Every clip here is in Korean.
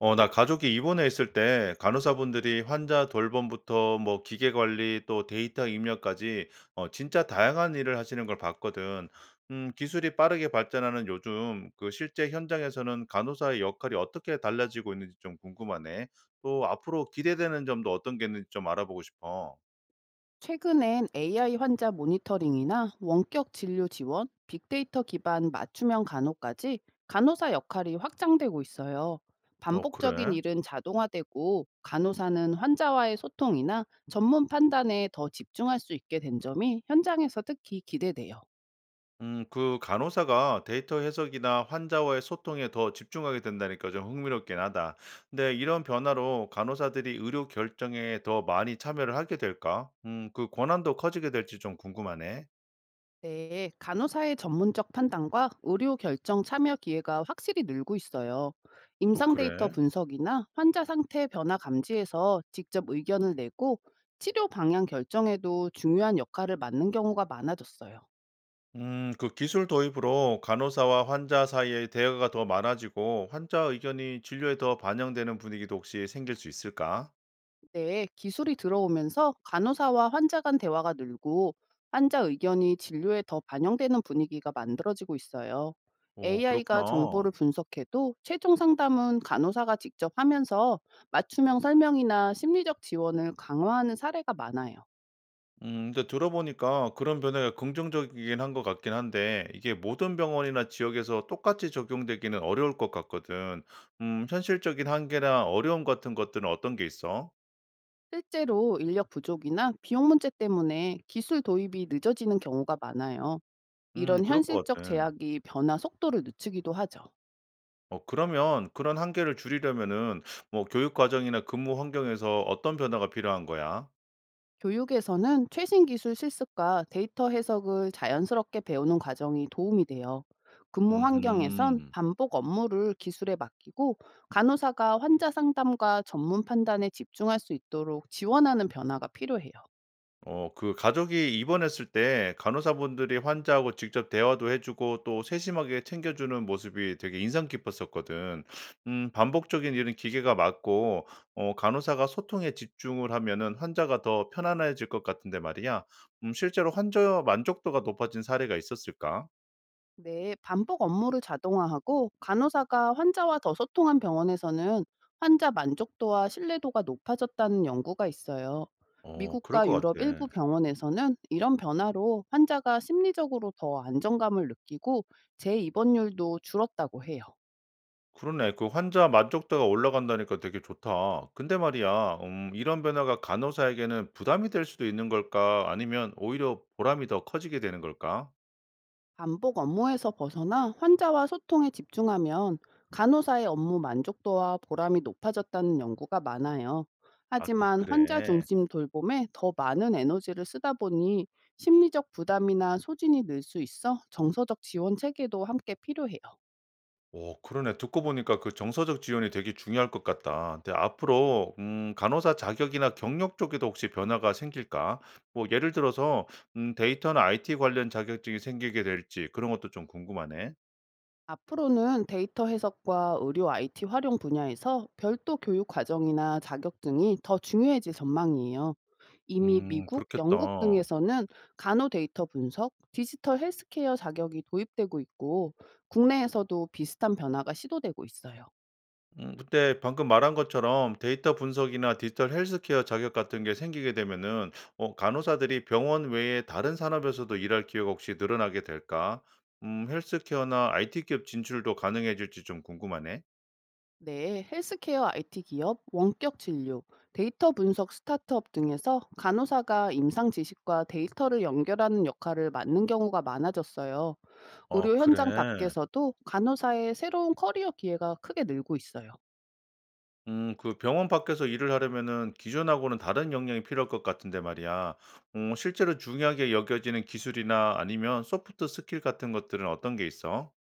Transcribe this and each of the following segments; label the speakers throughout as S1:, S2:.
S1: 나 가족이 입원해 있을 때 간호사분들이 환자 돌봄부터 뭐 기계 관리 또 데이터 입력까지 진짜 다양한 일을 하시는 걸 봤거든. 기술이 빠르게 발전하는 요즘 그 실제 현장에서는 간호사의 역할이 어떻게 달라지고 있는지 좀 궁금하네. 또 앞으로 기대되는 점도 어떤 게 있는지 좀 알아보고 싶어.
S2: 최근엔 AI 환자 모니터링이나 원격 진료 지원, 빅데이터 기반 맞춤형 간호까지 간호사 역할이 확장되고 있어요.
S1: 어,
S2: 반복적인
S1: 그래?
S2: 일은 자동화되고 간호사는 환자와의 소통이나 전문 판단에 더 집중할 수 있게 된 점이 현장에서 특히 기대돼요.
S1: 그 간호사가 데이터 해석이나 환자와의 소통에 더 집중하게 된다니까 좀 흥미롭긴 하다. 근데 이런 변화로 간호사들이 의료 결정에 더 많이 참여를 하게 될까? 그 권한도 커지게 될지 좀 궁금하네.
S2: 네, 간호사의 전문적 판단과 의료 결정 참여 기회가 확실히 늘고 있어요.
S1: 어,
S2: 임상 데이터
S1: 그래?
S2: 분석이나 환자 상태 변화 감지에서 직접 의견을 내고 치료 방향 결정에도 중요한 역할을 맡는 경우가 많아졌어요.
S1: 그 기술 도입으로 간호사와 환자 사이의 대화가 더 많아지고 환자 의견이 진료에 더 반영되는 분위기도 혹시 생길 수 있을까?
S2: 네, 기술이 들어오면서 간호사와 환자 간 대화가 늘고 환자 의견이 진료에 더 반영되는 분위기가 만들어지고 있어요.
S1: 오,
S2: AI가
S1: 그렇구나.
S2: 정보를 분석해도 최종 상담은 간호사가 직접 하면서 맞춤형 설명이나 심리적 지원을 강화하는 사례가 많아요.
S1: 근데 들어보니까 그런 변화가 긍정적이긴 한 것 같긴 한데 이게 모든 병원이나 지역에서 똑같이 적용되기는 어려울 것 같거든. 현실적인 한계나 어려움 같은 것들은 어떤 게 있어?
S2: 실제로 인력 부족이나 비용 문제 때문에 기술 도입이 늦어지는 경우가 많아요. 이런
S1: 그럴 것
S2: 현실적
S1: 같아.
S2: 제약이 변화 속도를 늦추기도 하죠.
S1: 그러면 그런 한계를 줄이려면은 뭐 교육 과정이나 근무 환경에서 어떤 변화가 필요한 거야?
S2: 교육에서는 최신 기술 실습과 데이터 해석을 자연스럽게 배우는 과정이 도움이 돼요. 근무 환경에선
S1: 음.
S2: 반복 업무를 기술에 맡기고 간호사가 환자 상담과 전문 판단에 집중할 수 있도록 지원하는 변화가 필요해요.
S1: 그 가족이 입원했을 때 간호사분들이 환자하고 직접 대화도 해 주고 또 세심하게 챙겨 주는 모습이 되게 인상 깊었었거든. 반복적인 일은 기계가 맡고 간호사가 소통에 집중을 하면은 환자가 더 편안해질 것 같은데 말이야. 실제로 환자 만족도가 높아진 사례가 있었을까?
S2: 네, 반복 업무를 자동화하고 간호사가 환자와 더 소통한 병원에서는 환자 만족도와 신뢰도가 높아졌다는 연구가 있어요.
S1: 그럴
S2: 미국과
S1: 것
S2: 유럽 일부
S1: 같아.
S2: 병원에서는 이런 변화로 환자가 심리적으로 더 안정감을 느끼고 재입원율도 줄었다고 해요.
S1: 그러네. 그 환자 만족도가 올라간다니까 되게 좋다. 근데 말이야, 이런 변화가 간호사에게는 부담이 될 수도 있는 걸까? 아니면 오히려 보람이 더 커지게 되는 걸까?
S2: 반복 업무에서 벗어나 환자와 소통에 집중하면 간호사의 업무 만족도와 보람이 높아졌다는 연구가 많아요.
S1: 아, 또
S2: 하지만 환자
S1: 그래.
S2: 중심 돌봄에 더 많은 에너지를 쓰다 보니 심리적 부담이나 소진이 늘 수 있어 정서적 지원 체계도 함께 필요해요.
S1: 오, 그러네. 듣고 보니까 그 정서적 지원이 되게 중요할 것 같다. 근데 앞으로, 간호사 자격이나 경력 쪽에도 혹시 변화가 생길까? 뭐, 예를 들어서, 데이터나 IT 관련 자격증이 생기게 될지 그런 것도 좀 궁금하네.
S2: 앞으로는 데이터 해석과 의료 IT 활용 분야에서 별도 교육 과정이나 자격증이 더 중요해질 전망이에요. 이미 미국,
S1: 그렇겠다.
S2: 영국 등에서는 간호 데이터 분석, 디지털 헬스케어 자격이 도입되고 있고 국내에서도 비슷한 변화가 시도되고 있어요.
S1: 그때 방금 말한 것처럼 데이터 분석이나 디지털 헬스케어 자격 같은 게 생기게 되면은 간호사들이 병원 외에 다른 산업에서도 일할 기회가 혹시 늘어나게 될까? 헬스케어나 IT 기업 진출도 가능해질지 좀 궁금하네.
S2: 네, 헬스케어 IT 기업, 원격 진료, 데이터 분석 스타트업 등에서 간호사가 임상 지식과 데이터를 연결하는 역할을 맡는 경우가 많아졌어요.
S1: 아,
S2: 의료 현장
S1: 그래.
S2: 밖에서도 간호사의 새로운 커리어 기회가 크게 늘고 있어요.
S1: 그 병원 밖에서 일을 하려면은 기존하고는 다른 역량이 필요할 것 같은데 말이야. 실제로 중요하게 여겨지는 기술이나 아니면 소프트 스킬 같은 것들은 어떤 게 있어?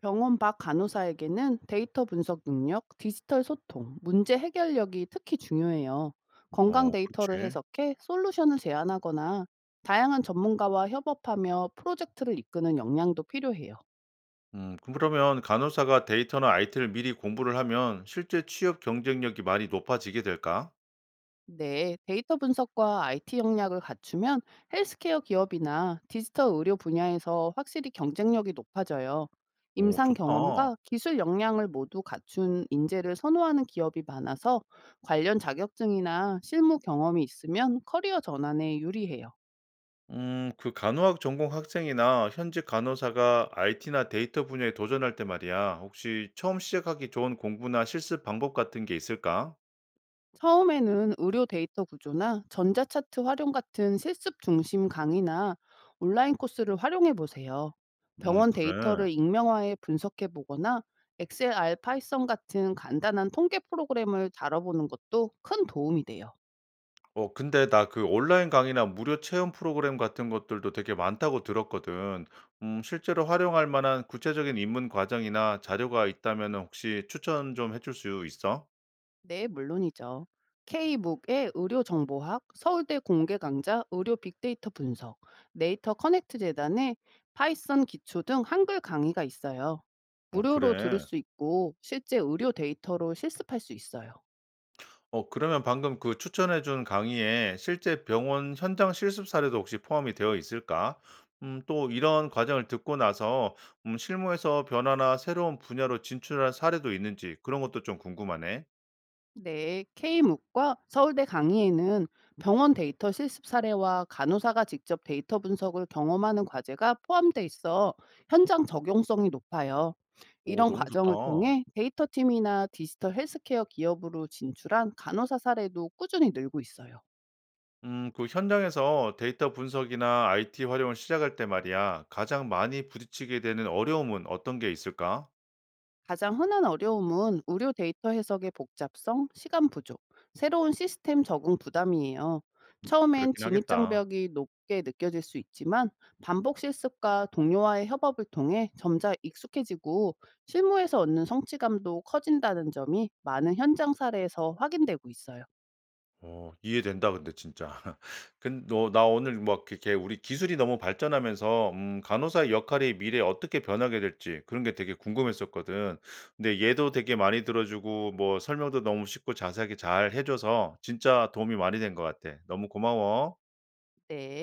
S2: 병원 밖 간호사에게는 데이터 분석 능력, 디지털 소통, 문제 해결력이 특히 중요해요. 건강
S1: 어,
S2: 데이터를
S1: 그렇지.
S2: 해석해 솔루션을 제안하거나 다양한 전문가와 협업하며 프로젝트를 이끄는 역량도 필요해요.
S1: 그러면 간호사가 데이터나 IT를 미리 공부를 하면 실제 취업 경쟁력이 많이 높아지게 될까?
S2: 네, 데이터 분석과 IT 역량을 갖추면 헬스케어 기업이나 디지털 의료 분야에서 확실히 경쟁력이 높아져요.
S1: 오,
S2: 임상
S1: 좋다.
S2: 경험과 기술 역량을 모두 갖춘 인재를 선호하는 기업이 많아서 관련 자격증이나 실무 경험이 있으면 커리어 전환에 유리해요.
S1: 그 간호학 전공 학생이나 현직 간호사가 IT나 데이터 분야에 도전할 때 말이야. 혹시 처음 시작하기 좋은 공부나 실습 방법 같은 게 있을까?
S2: 처음에는 의료 데이터 구조나 전자차트 활용 같은 실습 중심 강의나 온라인 코스를 활용해 보세요. 병원
S1: 그래.
S2: 데이터를 익명화해 분석해 보거나 엑셀, 알, 파이썬 같은 간단한 통계 프로그램을 다뤄보는 것도 큰 도움이 돼요.
S1: 근데 나 그 온라인 강의나 무료 체험 프로그램 같은 것들도 되게 많다고 들었거든. 실제로 활용할 만한 구체적인 입문 과정이나 자료가 있다면은 혹시 추천 좀 해줄 수 있어?
S2: 네, 물론이죠. K묵의 의료정보학, 서울대 공개 강좌 의료 빅데이터 분석, 네이터 커넥트 재단의 파이썬 기초 등 한글 강의가 있어요.
S1: 어
S2: 무료로 들을
S1: 그래.
S2: 수 있고 실제 의료 데이터로 실습할 수 있어요.
S1: 그러면 방금 그 추천해 준 강의에 실제 병원 현장 실습 사례도 혹시 포함이 되어 있을까? 또 이런 과정을 듣고 나서 실무에서 변화나 새로운 분야로 진출한 사례도 있는지 그런 것도 좀 궁금하네.
S2: 네, K묵과 서울대 강의에는 병원 데이터 실습 사례와 간호사가 직접 데이터 분석을 경험하는 과제가 포함돼 있어 현장 적용성이 높아요.
S1: 오
S2: 이런
S1: 너무 좋다.
S2: 과정을 통해 데이터 팀이나 디지털 헬스케어 기업으로 진출한 간호사 사례도 꾸준히 늘고 있어요.
S1: 그 현장에서 데이터 분석이나 IT 활용을 시작할 때 말이야, 가장 많이 부딪히게 되는 어려움은 어떤 게 있을까?
S2: 가장 흔한 어려움은 의료 데이터 해석의 복잡성, 시간 부족, 새로운 시스템 적응 부담이에요. 처음엔
S1: 그렇긴
S2: 진입
S1: 하겠다.
S2: 장벽이 높게 느껴질 수 있지만 반복 실습과 동료와의 협업을 통해 점차 익숙해지고 실무에서 얻는 성취감도 커진다는 점이 많은 현장 사례에서 확인되고 있어요.
S1: 어, 이해된다, 근데 진짜. 나 오늘 막 이렇게 우리 기술이 너무 발전하면서, 간호사의 역할이 미래에 어떻게 변하게 될지 그런 게 되게 궁금했었거든. 근데 얘도 되게 많이 들어주고, 뭐 설명도 너무 쉽고 자세하게 잘 해줘서 진짜 도움이 많이 된 것 같아. 너무 고마워.
S2: 네.